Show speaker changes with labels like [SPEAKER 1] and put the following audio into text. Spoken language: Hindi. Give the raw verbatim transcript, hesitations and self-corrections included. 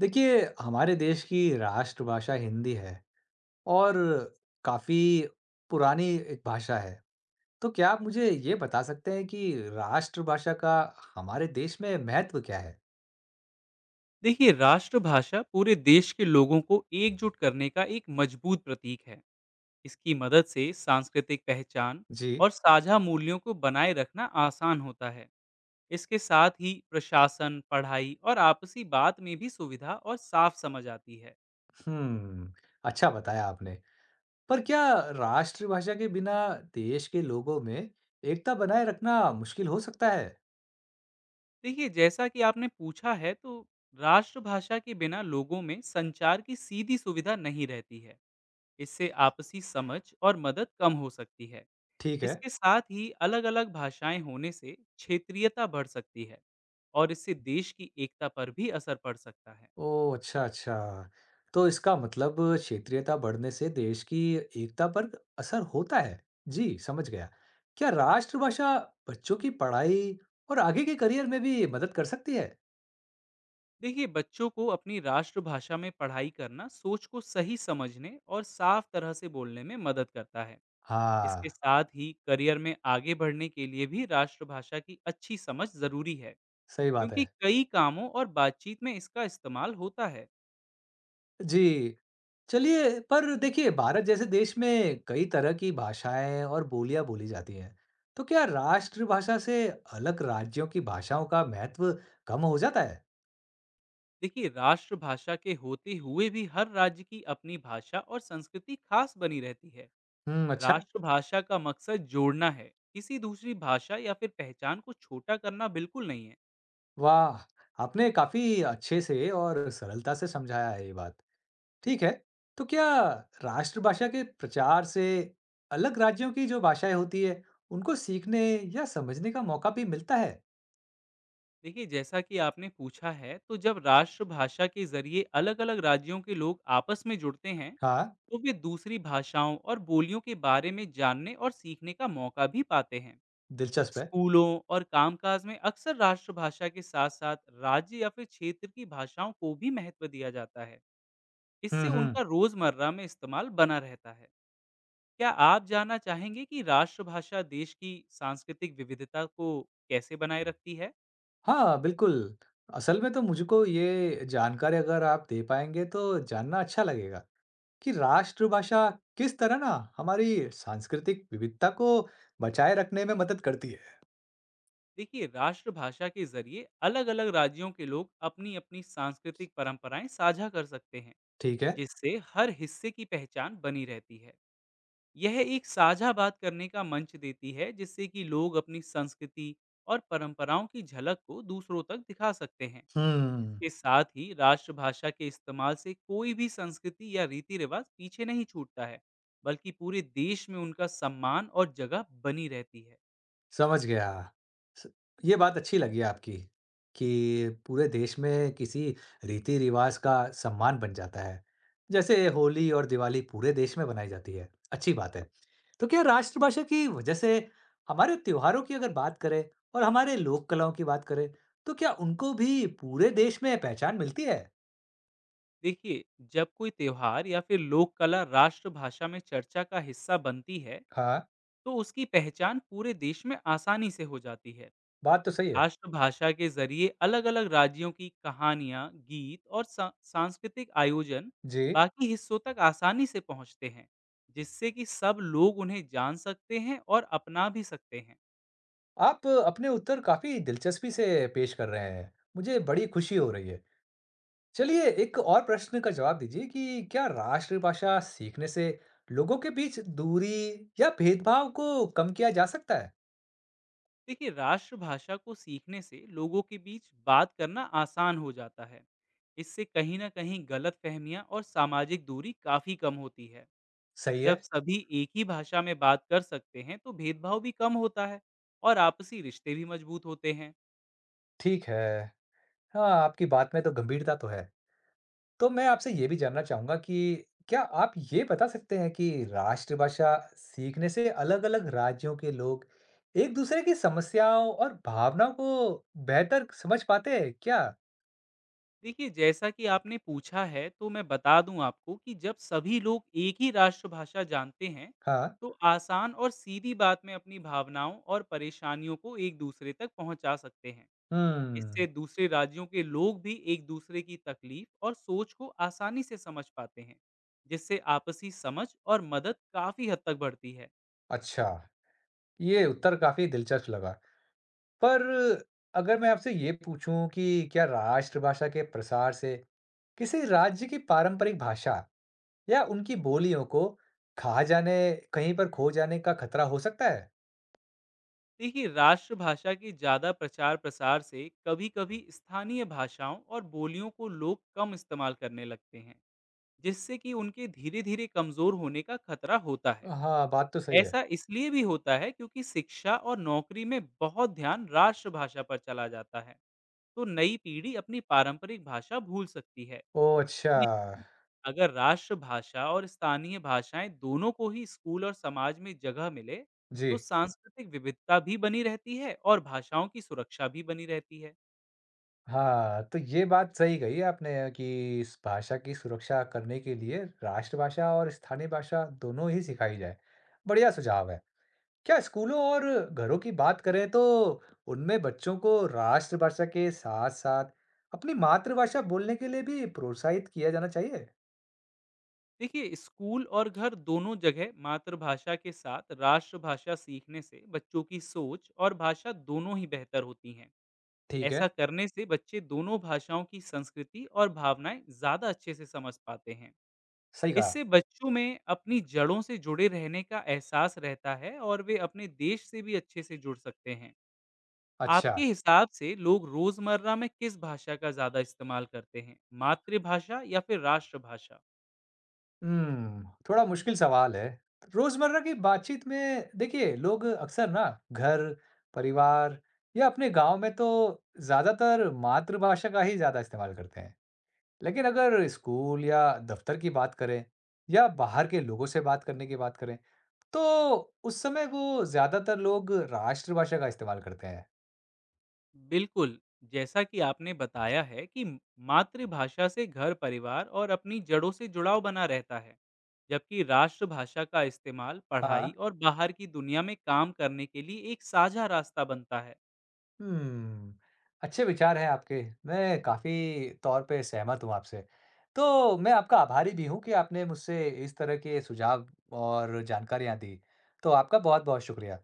[SPEAKER 1] देखिए, हमारे देश की राष्ट्रभाषा हिंदी है और काफ़ी पुरानी एक भाषा है। तो क्या आप मुझे ये बता सकते हैं कि राष्ट्रभाषा का हमारे देश में महत्व क्या है?
[SPEAKER 2] देखिए, राष्ट्रभाषा पूरे देश के लोगों को एकजुट करने का एक मजबूत प्रतीक है। इसकी मदद से सांस्कृतिक पहचान
[SPEAKER 1] जी।
[SPEAKER 2] और साझा मूल्यों को बनाए रखना आसान होता है। इसके साथ ही प्रशासन, पढ़ाई और आपसी बात में भी सुविधा और साफ समझ आती है।
[SPEAKER 1] हम्म, अच्छा बताया आपने। पर क्या राष्ट्रभाषा के बिना देश के लोगों में एकता बनाए रखना मुश्किल हो सकता है?
[SPEAKER 2] देखिए, जैसा कि आपने पूछा है, तो राष्ट्रभाषा के बिना लोगों में संचार की सीधी सुविधा नहीं रहती है। इससे आपसी समझ और मदद कम हो सकती है।
[SPEAKER 1] ठीक है।
[SPEAKER 2] इसके साथ ही अलग-अलग भाषाएं होने से क्षेत्रीयता बढ़ सकती है और इससे देश की एकता पर भी असर पड़ सकता है।
[SPEAKER 1] ओह! अच्छा, अच्छा। तो इसका मतलब क्षेत्रीयता बढ़ने से देश की एकता पर असर होता है। जी, समझ गया। क्या राष्ट्रभाषा बच्चों की पढ़ाई और आगे के करियर में भी मदद कर सकती है?
[SPEAKER 2] देखिए, बच्चों को अपनी राष्ट्रभाषा में पढ़ाई करना सोच को सही समझने और साफ तरह से बोलने में मदद करता है।
[SPEAKER 1] हाँ,
[SPEAKER 2] इसके साथ ही करियर में आगे बढ़ने के लिए भी राष्ट्रभाषा की अच्छी समझ जरूरी है,
[SPEAKER 1] सही बात
[SPEAKER 2] क्योंकि
[SPEAKER 1] है।
[SPEAKER 2] कई कामों और बातचीत में इसका इस्तेमाल होता है।
[SPEAKER 1] जी। चलिए पर देखिए भारत जैसे देश में कई तरह की भाषाएँ और बोलियाँ बोली जाती हैं। तो क्या राष्ट्रभाषा से अलग राज्यों की भाषाओं का महत्व कम हो जाता है?
[SPEAKER 2] देखिए, राष्ट्रभाषा के होते हुए भी हर राज्य की अपनी भाषा और संस्कृति खास बनी रहती है।
[SPEAKER 1] हुँ, अच्छा।
[SPEAKER 2] राष्ट्रभाषा का मकसद जोड़ना है, किसी दूसरी भाषा या फिर पहचान को छोटा करना बिल्कुल नहीं है।
[SPEAKER 1] वाह! आपने काफ़ी अच्छे से और सरलता से समझाया है ये बात। ठीक है, तो क्या राष्ट्रभाषा के प्रचार से अलग राज्यों की जो भाषाएँ होती है, उनको सीखने या समझने का मौका भी मिलता है?
[SPEAKER 2] देखिए, जैसा कि आपने पूछा है, तो जब राष्ट्रभाषा के ज़रिए अलग-अलग राज्यों के लोग आपस में जुड़ते हैं,
[SPEAKER 1] हाँ,
[SPEAKER 2] तो वे दूसरी भाषाओं और बोलियों के बारे में जानने और सीखने का मौका भी पाते हैं।
[SPEAKER 1] दिलचस्प है।
[SPEAKER 2] स्कूलों और कामकाज में अक्सर राष्ट्रभाषा के साथ-साथ राज्य या फिर क्षेत्र की भाषाओं को भी महत्व दिया जाता है। इससे
[SPEAKER 1] हुँ, हुँ।
[SPEAKER 2] उनका रोज़मर्रा में इस्तेमाल बना रहता है। क्या आप जानना चाहेंगे कि राष्ट्रभाषा देश की सांस्कृतिक विविधता को कैसे बनाए रखती है?
[SPEAKER 1] हाँ, बिल्कुल। असल में तो मुझको ये जानकारी अगर आप दे पाएँगे तो जानना अच्छा लगेगा कि राष्ट्रभाषा किस तरह ना हमारी सांस्कृतिक विविधता को बचाए रखने में मदद करती है।
[SPEAKER 2] देखिए, राष्ट्रभाषा के जरिए अलग-अलग राज्यों के लोग अपनी-अपनी सांस्कृतिक परंपराएं साझा कर सकते हैं,
[SPEAKER 1] ठीक है।
[SPEAKER 2] जिससे हर हिस्से की पहचान बनी रहती है। यह एक साझा बात करने का मंच देती है, जिससे कि लोग अपनी संस्कृति और परंपराओं की झलक को दूसरों तक दिखा सकते हैं।
[SPEAKER 1] हुँ।
[SPEAKER 2] इसके साथ ही राष्ट्रभाषा के इस्तेमाल से कोई भी संस्कृति या रीति रिवाज पीछे नहीं छूटता है, बल्कि पूरे देश में उनका सम्मान और जगह बनी रहती है।
[SPEAKER 1] समझ गया। स ये बात अच्छी लगी आपकी कि पूरे देश में किसी रीति-रिवाज का सम्मान बन जाता है। जैसे होली और दिवाली पूरे देश में मनाई जाती है, अच्छी बात है। तो क्या राष्ट्रभाषा की वजह से हमारे त्योहारों की अगर बात करें और हमारे लोक कलाओं की बात करें, तो क्या उनको भी पूरे देश में पहचान मिलती है?
[SPEAKER 2] देखिए, जब कोई त्योहार या फिर लोक कला राष्ट्रभाषा में चर्चा का हिस्सा बनती है,
[SPEAKER 1] हाँ,
[SPEAKER 2] तो उसकी पहचान पूरे देश में आसानी से हो जाती है।
[SPEAKER 1] बात तो सही है।
[SPEAKER 2] राष्ट्रभाषा के ज़रिए अलग-अलग राज्यों की कहानियाँ, गीत और सा सांस्कृतिक आयोजन
[SPEAKER 1] जी,
[SPEAKER 2] बाकी हिस्सों तक आसानी से पहुँचते हैं, जिससे कि सब लोग उन्हें जान सकते हैं और अपना भी सकते हैं।
[SPEAKER 1] आप अपने उत्तर काफ़ी दिलचस्पी से पेश कर रहे हैं। मुझे बड़ी खुशी हो रही है। चलिए एक और प्रश्न का जवाब दीजिए कि क्या राष्ट्रभाषा सीखने से लोगों के बीच दूरी या भेदभाव को कम किया जा सकता है?
[SPEAKER 2] देखिए, राष्ट्रभाषा को सीखने से लोगों के बीच बात करना आसान हो जाता है। इससे कहीं न कहीं गलतफ़हमियाँ और सामाजिक दूरी काफ़ी कम होती है।
[SPEAKER 1] सही
[SPEAKER 2] जब
[SPEAKER 1] है,
[SPEAKER 2] सभी एक ही भाषा में बात कर सकते हैं, तो भेदभाव भी कम होता है और आपसी रिश्ते भी मज़बूत होते हैं।
[SPEAKER 1] ठीक है। हाँ, आपकी बात में तो गंभीरता तो है। तो मैं आपसे ये भी जानना चाहूँगा कि क्या आप ये बता सकते हैं कि राष्ट्रभाषा सीखने से अलग-अलग राज्यों के लोग एक दूसरे की समस्याओं और भावनाओं को बेहतर समझ पाते हैं क्या?
[SPEAKER 2] देखिए, जैसा कि आपने पूछा है, तो मैं बता दूं आपको कि जब सभी लोग एक ही राष्ट्रभाषा जानते हैं,
[SPEAKER 1] हाँ,
[SPEAKER 2] तो आसान और सीधी बात में अपनी भावनाओं और परेशानियों को एक दूसरे तक पहुंचा सकते हैं।
[SPEAKER 1] हम्म,
[SPEAKER 2] इससे दूसरे राज्यों के लोग भी एक दूसरे की तकलीफ और सोच को आसानी से समझ पाते हैं, जिससे आपसी समझ और मदद काफी हद तक बढ़ती है।
[SPEAKER 1] अच्छा, ये उत्तर काफ़ी दिलचस्प लगा। पर अगर मैं आपसे ये पूछूं कि क्या राष्ट्रभाषा के प्रसार से किसी राज्य की पारंपरिक भाषा या उनकी बोलियों को खा जाने कहीं पर खो जाने का खतरा हो सकता है?
[SPEAKER 2] देखिए, राष्ट्रभाषा के ज्यादा प्रचार प्रसार से कभी-कभी स्थानीय भाषाओं और बोलियों को लोग कम इस्तेमाल करने लगते हैं, जिससे कि उनके धीरे-धीरे कमज़ोर होने का खतरा होता है।
[SPEAKER 1] हाँ, बात तो सही है।
[SPEAKER 2] ऐसा इसलिए भी होता है, क्योंकि शिक्षा और नौकरी में बहुत ध्यान राष्ट्रभाषा पर चला जाता है, तो नई पीढ़ी अपनी पारंपरिक भाषा भूल सकती है।
[SPEAKER 1] ओह अच्छा।
[SPEAKER 2] लेकिन अगर राष्ट्रभाषा और स्थानीय भाषाएँ दोनों को ही स्कूल और समाज में जगह मिले, तो
[SPEAKER 1] जी।
[SPEAKER 2] सांस्कृतिक विविधता भी बनी रहती है और भाषाओं की सुरक्षा भी बनी रहती है।
[SPEAKER 1] हाँ, तो ये बात सही कही आपने कि इस भाषा की सुरक्षा करने के लिए राष्ट्रभाषा और स्थानीय भाषा दोनों ही सिखाई जाए। बढ़िया सुझाव है। क्या स्कूलों और घरों की बात करें तो उनमें बच्चों को राष्ट्रभाषा के साथ साथ अपनी मातृभाषा बोलने के लिए भी प्रोत्साहित किया जाना चाहिए।
[SPEAKER 2] देखिए, स्कूल और घर दोनों जगह मातृभाषा के साथ राष्ट्रभाषा सीखने से बच्चों की सोच और भाषा दोनों ही बेहतर होती हैं।
[SPEAKER 1] ठीक
[SPEAKER 2] ऐसा
[SPEAKER 1] है।
[SPEAKER 2] करने से बच्चे दोनों भाषाओं की संस्कृति और भावनाएं ज्यादा अच्छे से समझ पाते हैं।
[SPEAKER 1] सही कहा।
[SPEAKER 2] इससे बच्चों में अपनी जड़ों से जुड़े रहने का एहसास रहता है और वे अपने देश से भी अच्छे से जुड़ सकते हैं।
[SPEAKER 1] अच्छा।
[SPEAKER 2] आपके हिसाब से लोग रोजमर्रा में किस भाषा का ज्यादा इस्तेमाल करते हैं, मातृभाषा या फिर राष्ट्रभाषा?
[SPEAKER 1] हम्म, थोड़ा मुश्किल सवाल है। रोजमर्रा की बातचीत में देखिए लोग अक्सर ना घर परिवार या अपने गांव में तो ज्यादातर मातृभाषा का ही ज्यादा इस्तेमाल करते हैं। लेकिन अगर स्कूल या दफ्तर की बात करें या बाहर के लोगों से बात करने की बात करें, तो उस समय वो ज्यादातर लोग राष्ट्रभाषा का इस्तेमाल करते हैं।
[SPEAKER 2] बिल्कुल, जैसा कि आपने बताया है कि मातृभाषा से घर परिवार और अपनी जड़ों से जुड़ाव बना रहता है, जबकि राष्ट्रभाषा का इस्तेमाल पढ़ाई
[SPEAKER 1] हाँ।
[SPEAKER 2] और बाहर की दुनिया में काम करने के लिए एक साझा रास्ता बनता है।
[SPEAKER 1] हम्म, अच्छे विचार हैं आपके। मैं काफी तौर पे सहमत हूँ आपसे। तो मैं आपका आभारी भी हूँ कि आपने मुझसे इस तरह के सुझाव और जानकारियाँ दी। तो आपका बहुत बहुत शुक्रिया।